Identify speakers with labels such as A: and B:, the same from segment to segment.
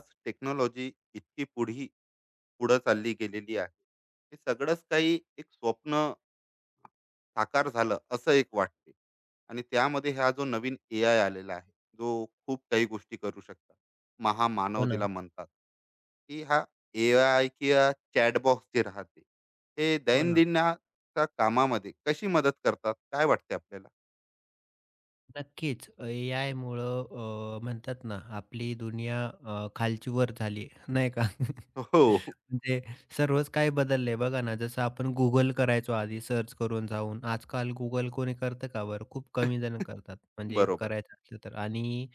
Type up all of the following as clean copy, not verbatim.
A: आज टेक्नॉलॉजी इतकी पुढं चालली गेलेली आहे. हे सगळंच काही एक स्वप्न साकार झालं असं एक वाटते. आणि त्यामध्ये हा जो नवीन ए आय आलेला आहे, जो खूप काही गोष्टी करू शकतात,
B: हो
A: महामानव ज्याला
B: ना,
A: म्हणतात, की हा ए आय किंवा चॅटबॉक्स जे राहते, हे
B: हो ना.
A: दैनंदिनाच्या कामामध्ये कशी मदत करतात, काय वाटते आपल्याला?
B: नक्कीच. एआयमुळं म्हणतात ना, आपली दुनिया खालची वर झाली, नाही का?
A: हो.
B: म्हणजे सर्वच काही बदललंय बघा ना, जसं आपण Google करायचो आधी सर्च करून जाऊन. आजकाल Google कोणी करतं का बरं? खूप कमी जण करतात, म्हणजे
A: बरोबर.
B: करायचं असलं तर. आणि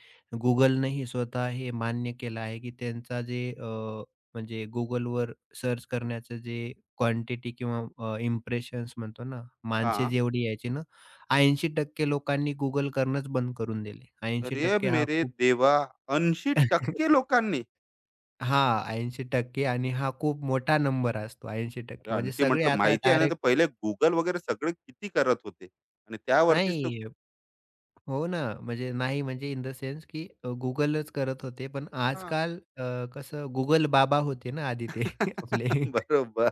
B: Googleनेही स्वतः हे मान्य केलं आहे, की त्यांचा जे म्हणजे Googleवर सर्च करण्याचं जे क्वांटिटी किंवा इम्प्रेशन्स म्हणतो ना,
A: हा.
B: माणसे जेवढी यायची ना 80% लोकांनी Google करणंच बंद करून दिले. ऐंशी
A: रे
B: टक्के हा
A: मेरे
B: खूप
A: देवा. 80% लोकांनी.
B: हां, टक्के आणि हा खूप मोठा नंबर असतो. ऐंशी
A: अरे
B: टक्के म्हणजे
A: अंशी
B: सगळे
A: म्हटलं
B: आता
A: माहिती आहे ना, तर
B: डायरेक्ट
A: पहिले Google वगैरे सगळं किती करत होते आणि त्यावरतीच तर.
B: नाही. हो ना, म्हणजे नाही, म्हणजे इन द सेन्स की Googleच करत होते. पण
A: हां.
B: आजकाल कसं Google बाबा होते ना आधी ते. आपले
A: बरोबर.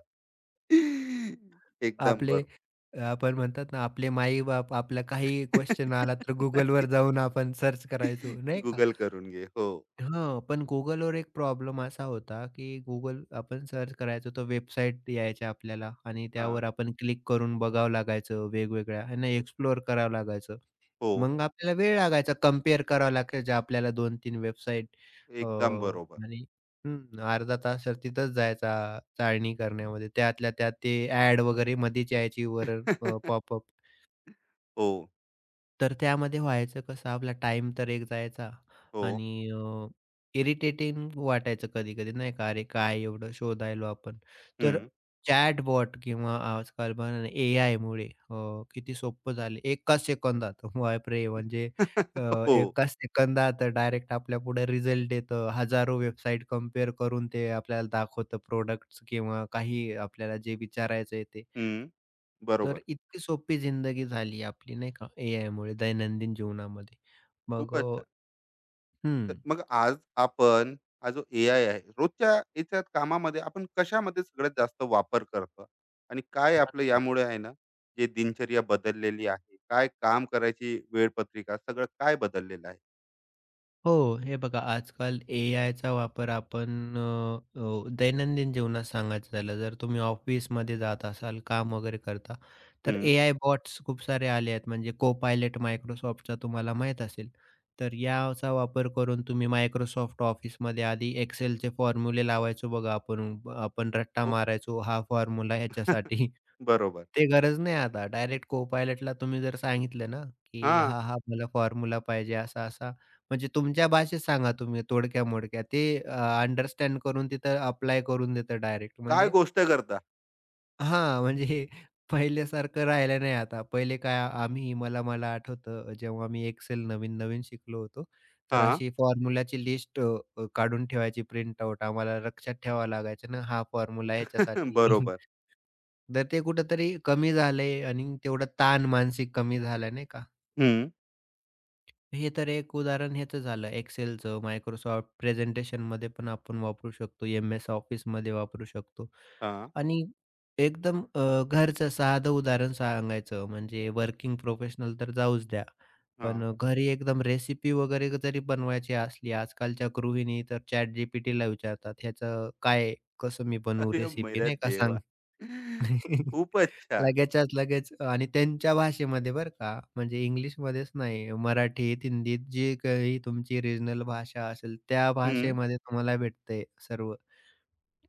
A: एकदम
B: आपले
A: बरोबर.
B: आपण म्हणतात ना, आपले माई-बाप आपला काही क्वेशन आला तर Googleवर जाऊन आपण सर्च करायचो नाही का?
A: Google करून घे. हो.
B: हां, पण Googleवर एक प्रॉब्लेम असा होता, की Google आपण सर्च करायचो तर वेबसाईट यायच्या आपल्याला आणि
A: हां.
B: त्यावर आपण क्लिक करून बघावं लागायचं वेगवेगळ्या आहे ना, एक्सप्लोअर करावं लागायचं.
A: हो.
B: मग आपल्याला वेळ लागायचा, कंपेअर करावं लागायचं आपल्याला 2-3 वेबसाईट.
A: एकदम बरोबर.
B: आणि हं, अर्धा तास तर तिथंच जायचा चाळणी करण्यामध्ये. त्यातल्या त्यात ते ॲड वगैरे मधीच यायची वर पॉपअप.
A: हो,
B: तर त्यामध्ये व्हायचं कसं, आपला टाइम तर एक जायचा
A: हो.
B: आणि इरिटेटिंग वाटायचं कधी-कधी नाही का, "अरे काय एवढं शोधायलो आपण." तर
A: हं.
B: चॅटबॉट किंवा आजकाल बघा ना एआयमुळे किती सोपं झाले. एका सेकंदात बापरे! म्हणजे अ,
A: हो.
B: एका सेकंदात डायरेक्ट आपल्यापुढे रिझल्ट येतं. हजारो वेबसाईट कंपेअर करून ते आपल्याला दाखवतं प्रॉडक्ट्स किंवा काही आपल्याला जे विचारायचं.
A: हं. बरोबर.
B: तर इतकी सोपी जिंदगी झाली आपली नाही का एआयमुळे दैनंदिन जीवनामध्ये. मग
A: खूपच छान. तर
B: हं.
A: मग आज आपण हा जो ए आय आहे रोजच्या याच्यात कामामध्ये आपण कशामध्ये सगळ्यात जास्त वापर करतो, आणि काय आपलं
B: नक्की.
A: यामुळे आहे ना, जे दिनचर्या बदललेली आहे, काय काम करायची वेळपत्रिका सगळं काय बदललेलं आहे?
B: हो, हे बघा आजकाल एआयचा वापर आपण दैनंदिन जीवनात सांगायचं झालं जर तुम्ही ऑफिसमध्ये जात असाल, काम वगैरे करता, तर
A: हम्म.
B: एआय बॉट्स खूप सारे आले आहेत. म्हणजे Co-Pilot Microsoftचा तुम्हाला माहीत असेल. तर याचा वापर करून तुम्ही Microsoft ऑफिसमध्ये आधी Excelचे फॉर्म्युले लावायचो बघा आपण, आपण रट्टा
A: हो.
B: मारायचो हा फॉर्म्युला ह्याच्यासाठी.
A: बरोबर.
B: ते गरज नाही आता. डायरेक्ट Co-Pilotला तुम्ही जर सांगितलं ना,
A: हा.
B: की "हा, हा मला फॉर्म्युला पाहिजे असा-असा." म्हणजे तुमच्या भाषेत सांगा तुम्ही तोडक्या-मोडक्या. ते अंडरस्टँड करून तिथं अप्लाय करून देतं डायरेक्ट.
A: काय
B: म्हणजे
A: गोष्ट करता?
B: हां, म्हणजे पहिल्यासारखं राहिलं नाही आता. पहिले काय आम्ही मला मला आठवतं जेव्हा मी Excel नवीन-नवीन शिकलो होतो, तर
A: हा.
B: अशी फॉर्म्युलाची लिस्ट काढून ठेवायची प्रिंटआउट. आम्हाला लक्षात ठेवावं लागायचं ना, हा फॉर्म्युला ह्याच्यासाठी.
A: बरोबर.
B: तर ते कुठेतरी कमी झालंय आणि तेवढा ताण मानसिक कमी झाला नाही का?
A: हम्म.
B: हे तर एक उदाहरण ह्याचं झालं Excelचं. Microsoft प्रेझेंटेशनमध्ये पण आपण वापरू शकतो, एम-एस ऑफिसमध्ये वापरू शकतो.
A: हा,
B: आणि एकदम घरचं साधं उदाहरण सांगायचं म्हणजे वर्किंग प्रोफेशनल तर जाऊच द्या.
A: हा.
B: पण घरी एकदम रेसिपी वगैरे जरी बनवायची असली, आजकालच्या गृहिणी तर ChatGPTला विचारतात, "ह्याचं काय, कसं मी बनवू
A: अरे
B: रेसिपी?"
A: मेरा
B: नाही का सांग.
A: देवा. खूपच छान.
B: लगेचच लगेच आणि त्यांच्या भाषेमध्ये बरं का, म्हणजे इंग्लिशमध्येच नाही, मराठीत, हिंदीत जी काही तुमची रिजनल भाषा असेल, त्या
A: हम्म.
B: भाषेमध्ये तुम्हाला भेटतंय सर्व.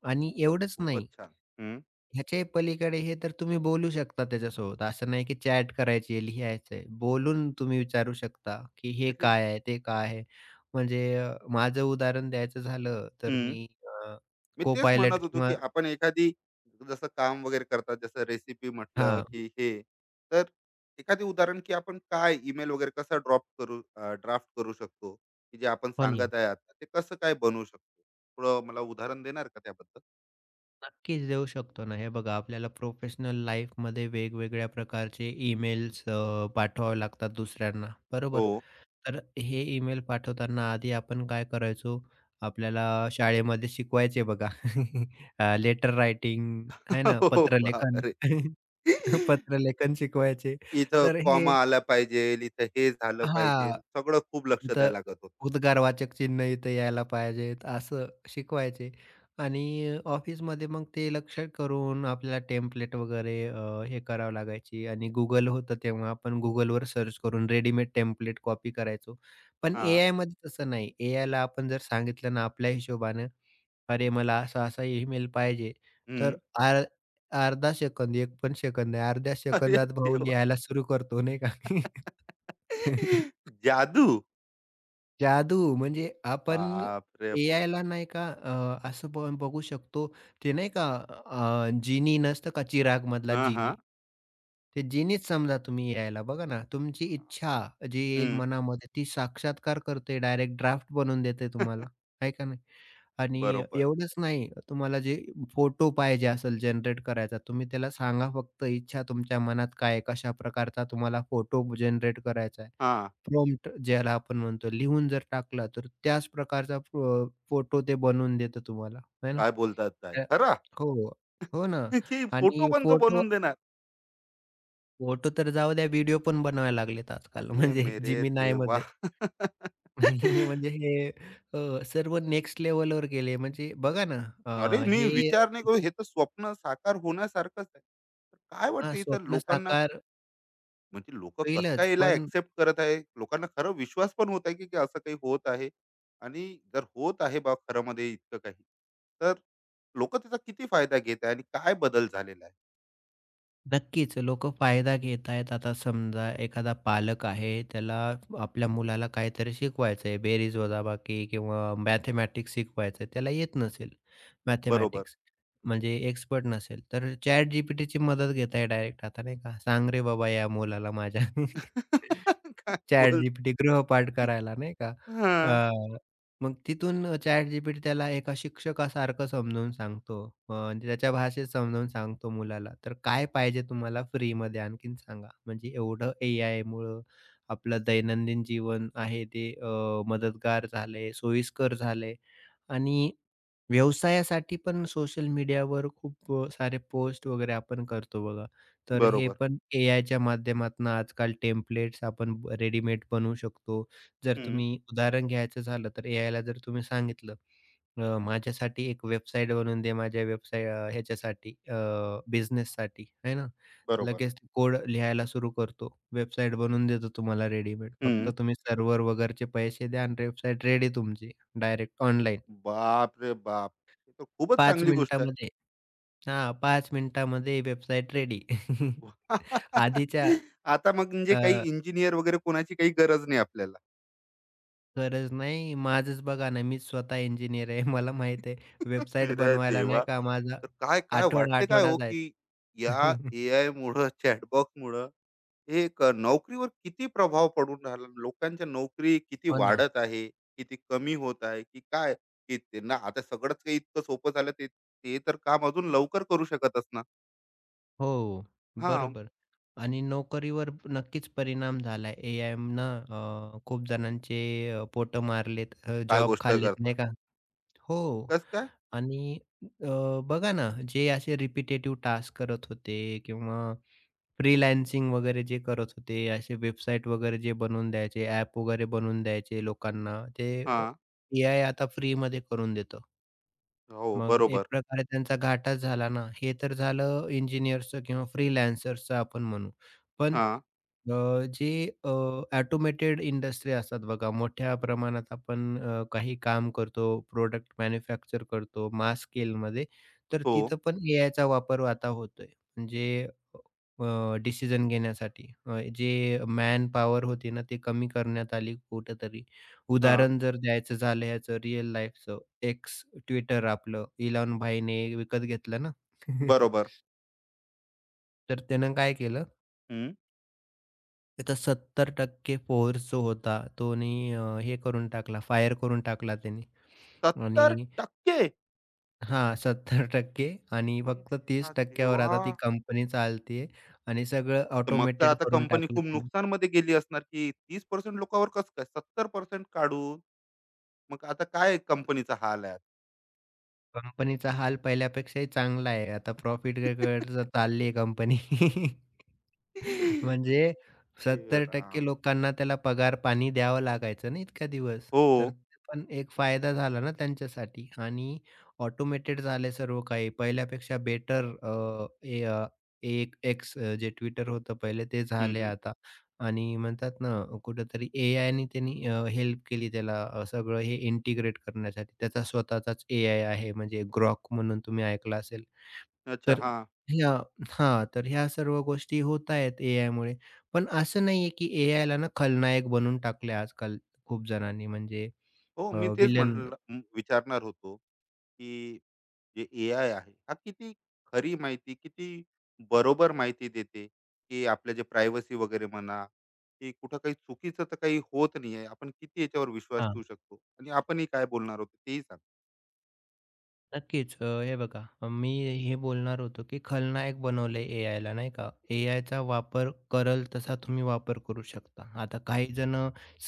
B: आणि
A: खूपच
B: एवढंच
A: खूपच
B: नाही,
A: छान. हम्म.
B: ह्याच्याही पलीकडे हे तर तुम्ही बोलू शकता त्याच्यासोबत. असं नाही की चॅट करायची आहे, लिहायचं आहे. बोलून तुम्ही विचारू शकता, की हे
A: अरे,
B: काय आहे? ते काय आहे? म्हणजे माझं उदाहरण द्यायचं झालं, तर
A: हम्म.
B: मी
A: मी तेच
B: को-पायलट
A: म्हणत होतो
B: किंवा
A: की आपण एखादी, जसं काम वगैरे करतात, जसं रेसिपी म्हटलं
B: हां,
A: की हे, तर एखादी उदाहरण की आपण काय ईमेल वगैरे कसा ड्रॉप करू, ड्राफ्ट करू शकतो, की जे आपण
B: हो ना.
A: सांगत आहे आता ते कसं काय बनवू शकतो? थोडं मला उदाहरण देणार का त्याबद्दल?
B: नक्कीच देऊ शकतो ना. हे बघा आपल्याला प्रोफेशनल लाईफमध्ये वेगवेगळ्या प्रकारचे ईमेल्स पाठवावे लागतात दुसऱ्यांना,
A: हो.
B: बरोबर? तर हे ईमेल पाठवताना आधी आपण काय करायचो, आपल्याला शाळेमध्ये शिकवायचे बघा. लेटर रायटिंग है ना,
A: हो, बाप
B: पत्रलेखन.
A: रे.
B: पत्रलेखन शिकवायचे.
A: इथं
B: तर हे
A: कॉमा आला पाहिजे, इथं हे झालं पाहिजे,
B: हां.
A: सगळं खूप लक्ष द्यायला
B: इथं
A: लागत होत.
B: उद्गारवाचक चिन्ह इथं यायला पाहिजेत, असं शिकवायचे. आणि ऑफिसमध्ये मग ते लक्ष करून आपल्याला टेम्प्लेट वगैरे हे करावं लागायची आणि Google होतं तेव्हा आपण Googleवर सर्च करून रेडीमेड टेम्प्लेट कॉपी करायचो. पण
A: हा.
B: एआयमध्ये तसं नाही. एआयला आपण जर सांगितलं ना आपल्या हिशोबानं, "अरे, मला असा-असा ईमेल पाहिजे," तर
A: हम्म.
B: अर अर्धा सेकंद, 1 पण सेकंद नाही, अर्ध्या
A: अरे
B: सेकंदात भाऊ
A: देवा.
B: लिहायला सुरू करतो, नाही का?
A: जादू.
B: जादू म्हणजे आपण
A: बाप रे बा.
B: एआयला नाही का असं पण बघू शकतो. ते नाही का जिनी नसतं का चिराग मधला
A: हा, हा.
B: जिनी? ते जिनीच समजा तुम्ही एआयला. बघा ना, तुमची इच्छा
A: बापरे!
B: जी येईल
A: हं.
B: मनामध्ये ती साक्षात्कार करते. डायरेक्ट ड्राफ्ट बनवून देते तुम्हाला. आहे का नाही? आणि
A: बरोबर.
B: एवढंच नाही, तुम्हाला जे फोटो पाहिजे असेल जनरेट करायचा, तुम्ही त्याला सांगा फक्त इच्छा तुमच्या मनात काय आहे? कशा प्रकारचा तुम्हाला फोटो जनरेट करायचा आहे?
A: हां.
B: प्रॉम्प्ट ज्याला आपण म्हणतो, लिहून जर टाकला, तर त्याच प्रकारचा फोटो ते बनवून देतं तुम्हाला, आहे ना?
A: काय बोलतात काय?
B: त्या
A: खरा?
B: हो, हो ना.
A: की फोटो
B: आणि
A: पण तो
B: फोटो
A: बनवून देणार?
B: फोटो तर जाऊ द्या, व्हिडिओ पण बनवायला लागलेत आजकाल.
A: अरे
B: म्हणजे
A: मेरे देवा!
B: Geminiमध्ये. म्हणजे हे सर्व नेक्स्ट लेव्हलवर गेले. म्हणजे बघा ना,
A: अरे, मी
B: हे
A: विचार नाही करू, हे तर स्वप्न साकार होण्यासारखंच आहे. तर काय
B: हां,
A: वाटतं इथं
B: स्वप्न
A: लोकांना?
B: साकार
A: म्हणजे लोकं कसं
B: होईलच,
A: काय याला
B: पण
A: एक्सेप्ट करत आहे? लोकांना खरं विश्वास पण होत आहे, की की असं काही होत आहे? आणि जर होत आहे बा खरंमध्ये इतकं काही, तर लोकं त्याचा किती फायदा घेत आहे आणि काय बदल झालेला आहे?
B: नक्कीच. लोकं फायदा घेत आहेत. आता समजा एखादा पालक आहे, त्याला आपल्या मुलाला काहीतरी शिकवायचं आहे, बेरीज वजाबाकी किंवा मॅथेमॅटिक्स शिकवायचं आहे. त्याला येत नसेल
A: बरोबर.
B: मॅथेमॅटिक्स, म्हणजे एक्सपर्ट नसेल, तर ChatGPTची मदत घेत आहे डायरेक्ट आता नाही का, "सांग रे बाबा या मुलाला माझ्या."
A: काय बोल.
B: ChatGPT गृहपाठ करायला नाही का?
A: हां.
B: मग तिथून ChatGPT त्याला एका शिक्षकासारखं समजावून सांगतो, आणि त्याच्या भाषेत समजावून सांगतो मुलाला. तर काय पाहिजे तुम्हाला फ्रीमध्ये आणखीन सांगा? म्हणजे एवढं एआयमुळं आपलं दैनंदिन जीवन आहे ते मदतगार झालंय, सोयीस्कर झालंय. आणि व्यवसायासाठी पण सोशल मीडियावर खूप सारे पोस्ट वगैरे आपण करतो बघा. तर हे
A: बरोबर,
B: पण एआयच्या माध्यमातून आजकाल टेम्पलेट्स आपण रेडीमेड बनवू शकतो. जर
A: हं.
B: तुम्ही उदाहरण घ्यायचं झालं तर एआयला जर तुम्ही सांगितलं, माझ्यासाठी एक वेबसाईट बनवून दे, माझ्या वेबसाईट ह्याच्यासाठी बिझनेससाठी आहे ना.
A: बरोबर.
B: लगेच कोड लिहायला सुरू करतो. वेबसाईट बनवून देतो तुम्हाला रेडीमेड. फक्त
A: हं.
B: तुम्ही सर्व्हर वगैरेचे पैसे द्या आणि वेबसाईट रेडी तुमची डायरेक्ट ऑनलाईन.
A: बाप रे बाप! हे तर खूपच
B: पाच
A: चांगली गोष्ट आहे.
B: मिनिटामध्ये हां, 5 मिनिटामध्ये वेबसाईट रेडी. आधीच्या
A: आता मग म्हणजे काही
B: अ,
A: इंजिनिअर वगैरे कोणाची काही गरज नाही आपल्याला.
B: गरज नाही. माझंच बघा ना, मीच स्वतः इंजिनिअर आहे. मला माहीत आहे वेबसाईट
A: मेरा
B: बनवायला नाही
A: देवा!
B: का माझा
A: तर काय, काय वाटते काय
B: आठवडा-आठवडा
A: हो,
B: जायचा.
A: की या एआयमुळं चॅटबॉटमुळं एक नोकरीवर किती प्रभाव पडून राहिला? लोकांच्या नोकरी किती
B: हो ना.
A: वाढत आहे, किती कमी होत आहे, की काय? की त्यांना आता सगळंच काही इतकं सोपं झालं, ते ते तर काम अजून लवकर करू शकत असणार.
B: हो,
A: हा.
B: बरोबर. आणि नोकरीवर नक्कीच परिणाम झाला आहे. एआयनं खूप जणांचे पोटं मारलेत,
A: काय
B: जॉब
A: गोष्ट
B: खाल्लेत
A: करता?
B: नाही का? हो.
A: कसं काय?
B: आणि अ, बघा ना, जे असे रिपिटेटिव्ह टास्क करत होते किंवा फ्रीलान्सिंग वगैरे जे करत होते, असे वेबसाईट वगैरे जे बनवून द्यायचे, ॲप वगैरे बनवून द्यायचे लोकांना, ते अ,
A: हां,
B: एआय आता फ्रीमध्ये करून देतं.
A: हो,
B: मग एक
A: बरोबर.
B: प्रकारे त्यांचा घाटाच झाला ना. हे तर झालं इंजिनिअर्सचं किंवा फ्रीलान्सर्सचं आपण म्हणू. पण
A: हां,
B: अ, जे अ, इंडस्ट्री असतात बघा, मोठ्या प्रमाणात आपण काही काम करतो, प्रोड़क्ट मॅन्युफॅक्चर करतो मास स्केलमध्ये, तर
A: हो,
B: तिथं पण एआयचा वापर आता होतोय. म्हणजे डिसिजन घेण्यासाठी. जे मॅन पॉवर होती ना, ती कमी करण्यात आली कुठेतरी.
A: हां,
B: उदाहरण जर द्यायचं झालं याचं रिअल लाईफचं, X Twitter आपलं इलॉन भाईने विकत घेतलं ना,
A: बरोबर.
B: तर त्यानं काय केलं,
A: हं,
B: त्याचा 70% फोर्स जो होता तोनी हे करून टाकला, फायर करून टाकला त्याने. आणि
A: 70%.
B: हां, सत्तर टक्के आणि
A: अरे
B: फक्त तीस
A: मेरा
B: वर
A: देवा!
B: आता ती कंपनी चालते आहे आणि सगळं
A: तर मग तर
B: ऑटोमेटेड
A: आता
B: करून
A: कंपनी
B: टाकलं
A: खूप
B: त्याने.
A: नुकसानमध्ये गेली असणार, की 30% लोकांवर कसं काय 70% काढून? मग आता काय कंपनीचा हाल आहे? आता?
B: कंपनीचा हाल पहिल्यापेक्षाही चांगला आहे. आता प्रॉफिटकडे चालली आहे कंपनी. म्हणजे
A: हे राम!
B: 70% लोकांना त्याला पगार पाणी द्यावं लागायचं ना इतका दिवस.
A: हो.
B: तर ते पण एक फायदा झाला ना त्यांच्यासाठी आणि ऑटोमेटेड झाले सर्व काही. पहिल्यापेक्षा बेटर अ, ए एक एक्स जे Twitter होतं पहिले ते
A: हं,
B: झाले
A: हं.
B: आता. आणि म्हणतात ना, कुठेतरी एआयने त्यांनी हेल्प केली त्याला, सगळं हे इंटिग्रेट करण्यासाठी. त्याचा स्वतःचाच एआय आहे, म्हणजे Grok म्हणून तुम्ही ऐकलं असेल.
A: अच्छा,
B: तर
A: हां.
B: ह्या हां, तर ह्या सर्व गोष्टी होत आहेत एआयमुळे. पण असं नाहीये की एआयला ना खलनायक बनवून टाकले आजकाल खूप जणांनी, म्हणजे
A: हो, मी तेच
B: विलन.
A: म्हटलं, विचारणार होतो, की जे एआय आहे हा किती खरी माहिती, किती बरोबर माहिती देते, की आपल्या जे प्रायव्हसी वगैरे म्हणा, की कुठं काही चुकीचं तर काही होत नाही आहे, आपण किती याच्यावर विश्वास ठेवू शकतो? आणि आपणही काय बोलणार होतो तेही सांग.
B: नक्कीच. हे बघा, मी हे बोलणार होतो, की खलनायक बनवलंय एआयला नाही का? एआयचा वापर करल तसा तुम्ही वापर करू शकता. आता काही जण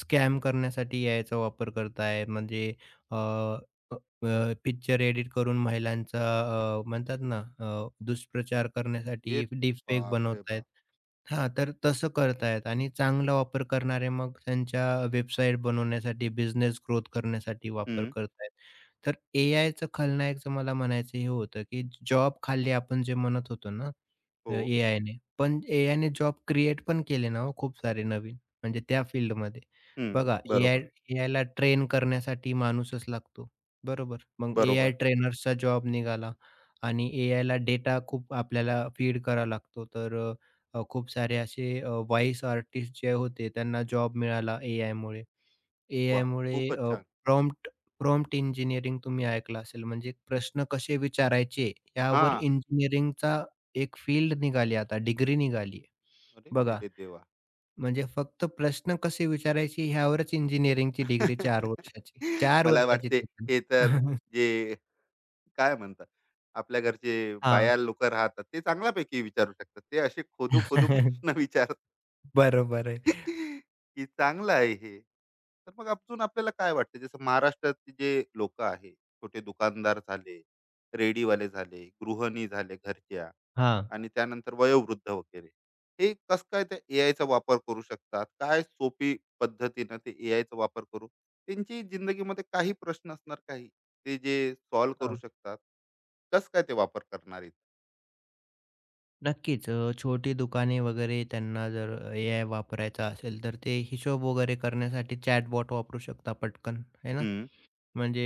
B: स्कॅम करण्यासाठी एआयचा वापर करताय. म्हणजे अ, अ, अ, पिक्चर एडिट करून महिलांचा म्हणतात ना दुष्प्रचार
A: हे.
B: करण्यासाठी डीपफेक
A: बाप रे
B: बनवतायत.
A: बाप.
B: हां, तर तसं करतायत आणि चांगला वापर करणारे मग त्यांच्या वेबसाईट बनवण्यासाठी, बिझनेस ग्रोथ करण्यासाठी वापर
A: हम्म,
B: करतायत. तर एआयचं खलनायक मला म्हणायचं हे होतं, की जॉब खाली आपण जे म्हणत होतो ना, अ,
A: हो.
B: ने पण एआयने जॉब क्रिएट पण केले ना हो खूप सारे नवीन, म्हणजे त्या फील्डमध्ये.
A: हम्म,
B: बघा एआय
A: बरोबर.
B: एआयला ट्रेन करण्यासाठी माणूसच लागतो, बरोबर? मग
A: बरोबर.
B: एआय ट्रेनर्सचा जॉब निघाला आणि एआयला डेटा खूप आपल्याला फीड करावा लागतो. तर खूप सारे असे व्हॉईस आर्टिस्ट जे होते त्यांना जॉब मिळाला एआयमुळे.
A: वा.
B: एआयमुळे
A: खूपच
B: अ,
A: छान.
B: प्रॉम्प्ट प्रॉम्प्ट इंजिनिअरिंग तुम्ही ऐकलं असेल, म्हणजे प्रश्न कसे विचारायचे
A: हा.
B: यावर इंजिनिअरिंगचा एक फील्ड निघाली आता, डिग्री निघाली आहे.
A: अरे
B: बघा,
A: मेरे देवा.
B: म्हणजे फक्त प्रश्न कसे विचारायचे ह्यावरच इंजिनिअरिंगची डिग्री 4 वर्षाची. 4
A: मला
B: वर्षाची
A: वाटते
B: ती पण.
A: हे तर जे काय म्हणतात आपल्या घरचे
B: हां.
A: बाया लोक राहतात, ते चांगल्यापैकी विचारू शकतात. ते असे खोदू खोदू प्रश्न विचारतात.
B: बरोबर आहे.
A: की चांगलं आहे हे. तर मग अजून आपल्याला काय वाटतं, जसं महाराष्ट्रात जे लोक आहे, छोटे दुकानदार झाले, रेडीवाले झाले, गृहिणी झाले घरच्या,
B: हां.
A: आणि त्यानंतर वयोवृद्ध वगैरे. हे कसं काय त्या एआयचा वापर करू शकतात? काय सोपी पद्धतीनं ते एआयचा वापर करू, त्यांची जिंदगीमध्ये काही प्रश्न असणार काही, ते जे सॉल्व्ह करू
B: हां.
A: शकतात. कसं काय ते वापर करणार आहेत?
B: नक्कीच छोटी दुकाने वगैरे त्यांना जर एआय वापरायचा असेल, तर ते हिशोब वगैरे करण्यासाठी चॅटबॉट वापरू शकता पटकन, है ना?
A: हं.
B: म्हणजे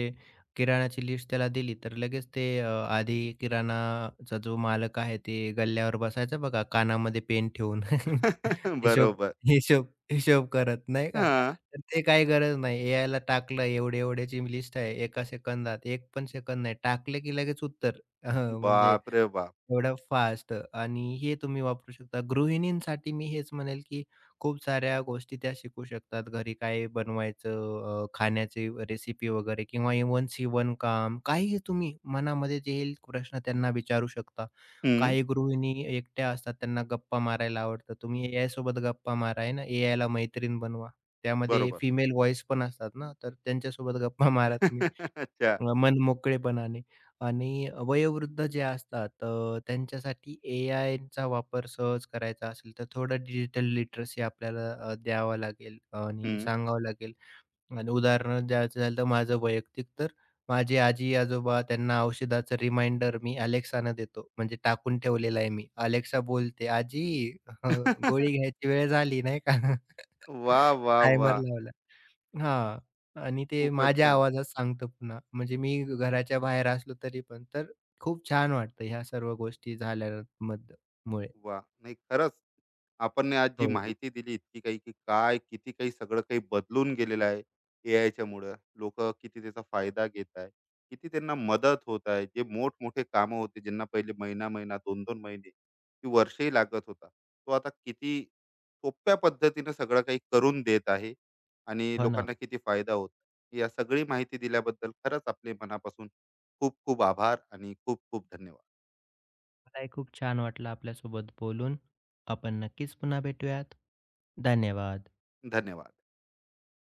B: किराणाची लिस्ट त्याला दिली, तर लगेच ते आधी किराणाचा जो मालक आहे, ते गल्ल्यावर बसायचा बघा, कानामध्ये पेन ठेवून. हिशोब
A: बरोबर.
B: हिशोब हिशोब करत, नाही का?
A: हां.
B: तर ते काही गरज नाही. एआयला टाकलं, एवढे-एवढ्याची लिस्ट आहे, एका सेकंदात, एक पण सेकंद नाही. टाकलं की लगेच उत्तर. हं, म्हणजे
A: बापरे बाप!
B: एवढं फास्ट आणि हे तुम्ही वापरू शकता. गृहिणींसाठी मी हेच म्हणेल, की खूप साऱ्या गोष्टी त्या शिकू शकतात. घरी काय बनवायचं, खाण्याची रेसिपी वगैरे किंवा इव्हन काम काही तुम्ही मनामध्ये जे येईल प्रश्न त्यांना विचारू शकता.
A: हं.
B: काही गृहिणी एकट्या असतात, त्यांना गप्पा मारायला आवडतं. तुम्ही एआयसोबत गप्पा मारा आहे ना, एआयला मैत्रीण बनवा. त्यामध्ये
A: बरोबर.
B: फिमेल व्हॉईस पण असतात ना, तर त्यांच्यासोबत गप्पा मारा तुम्ही.
A: अच्छा.
B: मनमोकळेपणाने. आणि वयोवृद्ध जे असतात त्यांच्यासाठी एआयचा वापर सहज करायचा असेल, तर थोडं डिजिटल लिटरसी आपल्याला द्यावा लागेल आणि
A: हं.
B: सांगावं लागेल. आणि उदाहरण द्यायचं झालं तर माझं वैयक्तिक, तर माझे आजी-आजोबा, त्यांना औषधाचं रिमाइंडर मी Alexaनं देतो. म्हणजे टाकून ठेवलेला आहे मी. Alexa बोलते, "आजी हं, गोळी घ्यायची वेळ झाली." नाही का?
A: वा, वा, वा,
B: टायमर लावला. हां. आणि ते
A: खूपच
B: माझ्या
A: छान.
B: आवाजात सांगतं पुन्हा. म्हणजे मी घराच्या बाहेर असलो तरी पण. तर खूप छान वाटतं ह्या सर्व गोष्टी झाल्यानंतर.
A: वाह! नाही खरंच, आपण आज जी
B: हो.
A: माहिती दिली इतकी काही की काय, किती काही सगळं काही बदलून गेलेलं आहे एआयच्या मुळे, लोक किती त्याचा फायदा घेत आहे, किती त्यांना मदत होत आहे, जे मोठमोठे कामं होते ज्यांना पहिले महिना महिना दोन दोन महिने की वर्षही लागत होता, तो आता किती सोप्या पद्धतीने सगळं काही करून देत आहे, आणि
B: हो ना.
A: लोकांना किती फायदा होत आहे. या सगळी माहिती दिल्याबद्दल खरंच आपले मनापासून खूप खूप आभार आणि खूप खूप धन्यवाद.
B: मलाही खूप छान वाटलं आपल्यासोबत बोलून. आपण नक्कीच पुन्हा भेटूयात. धन्यवाद.
A: धन्यवाद.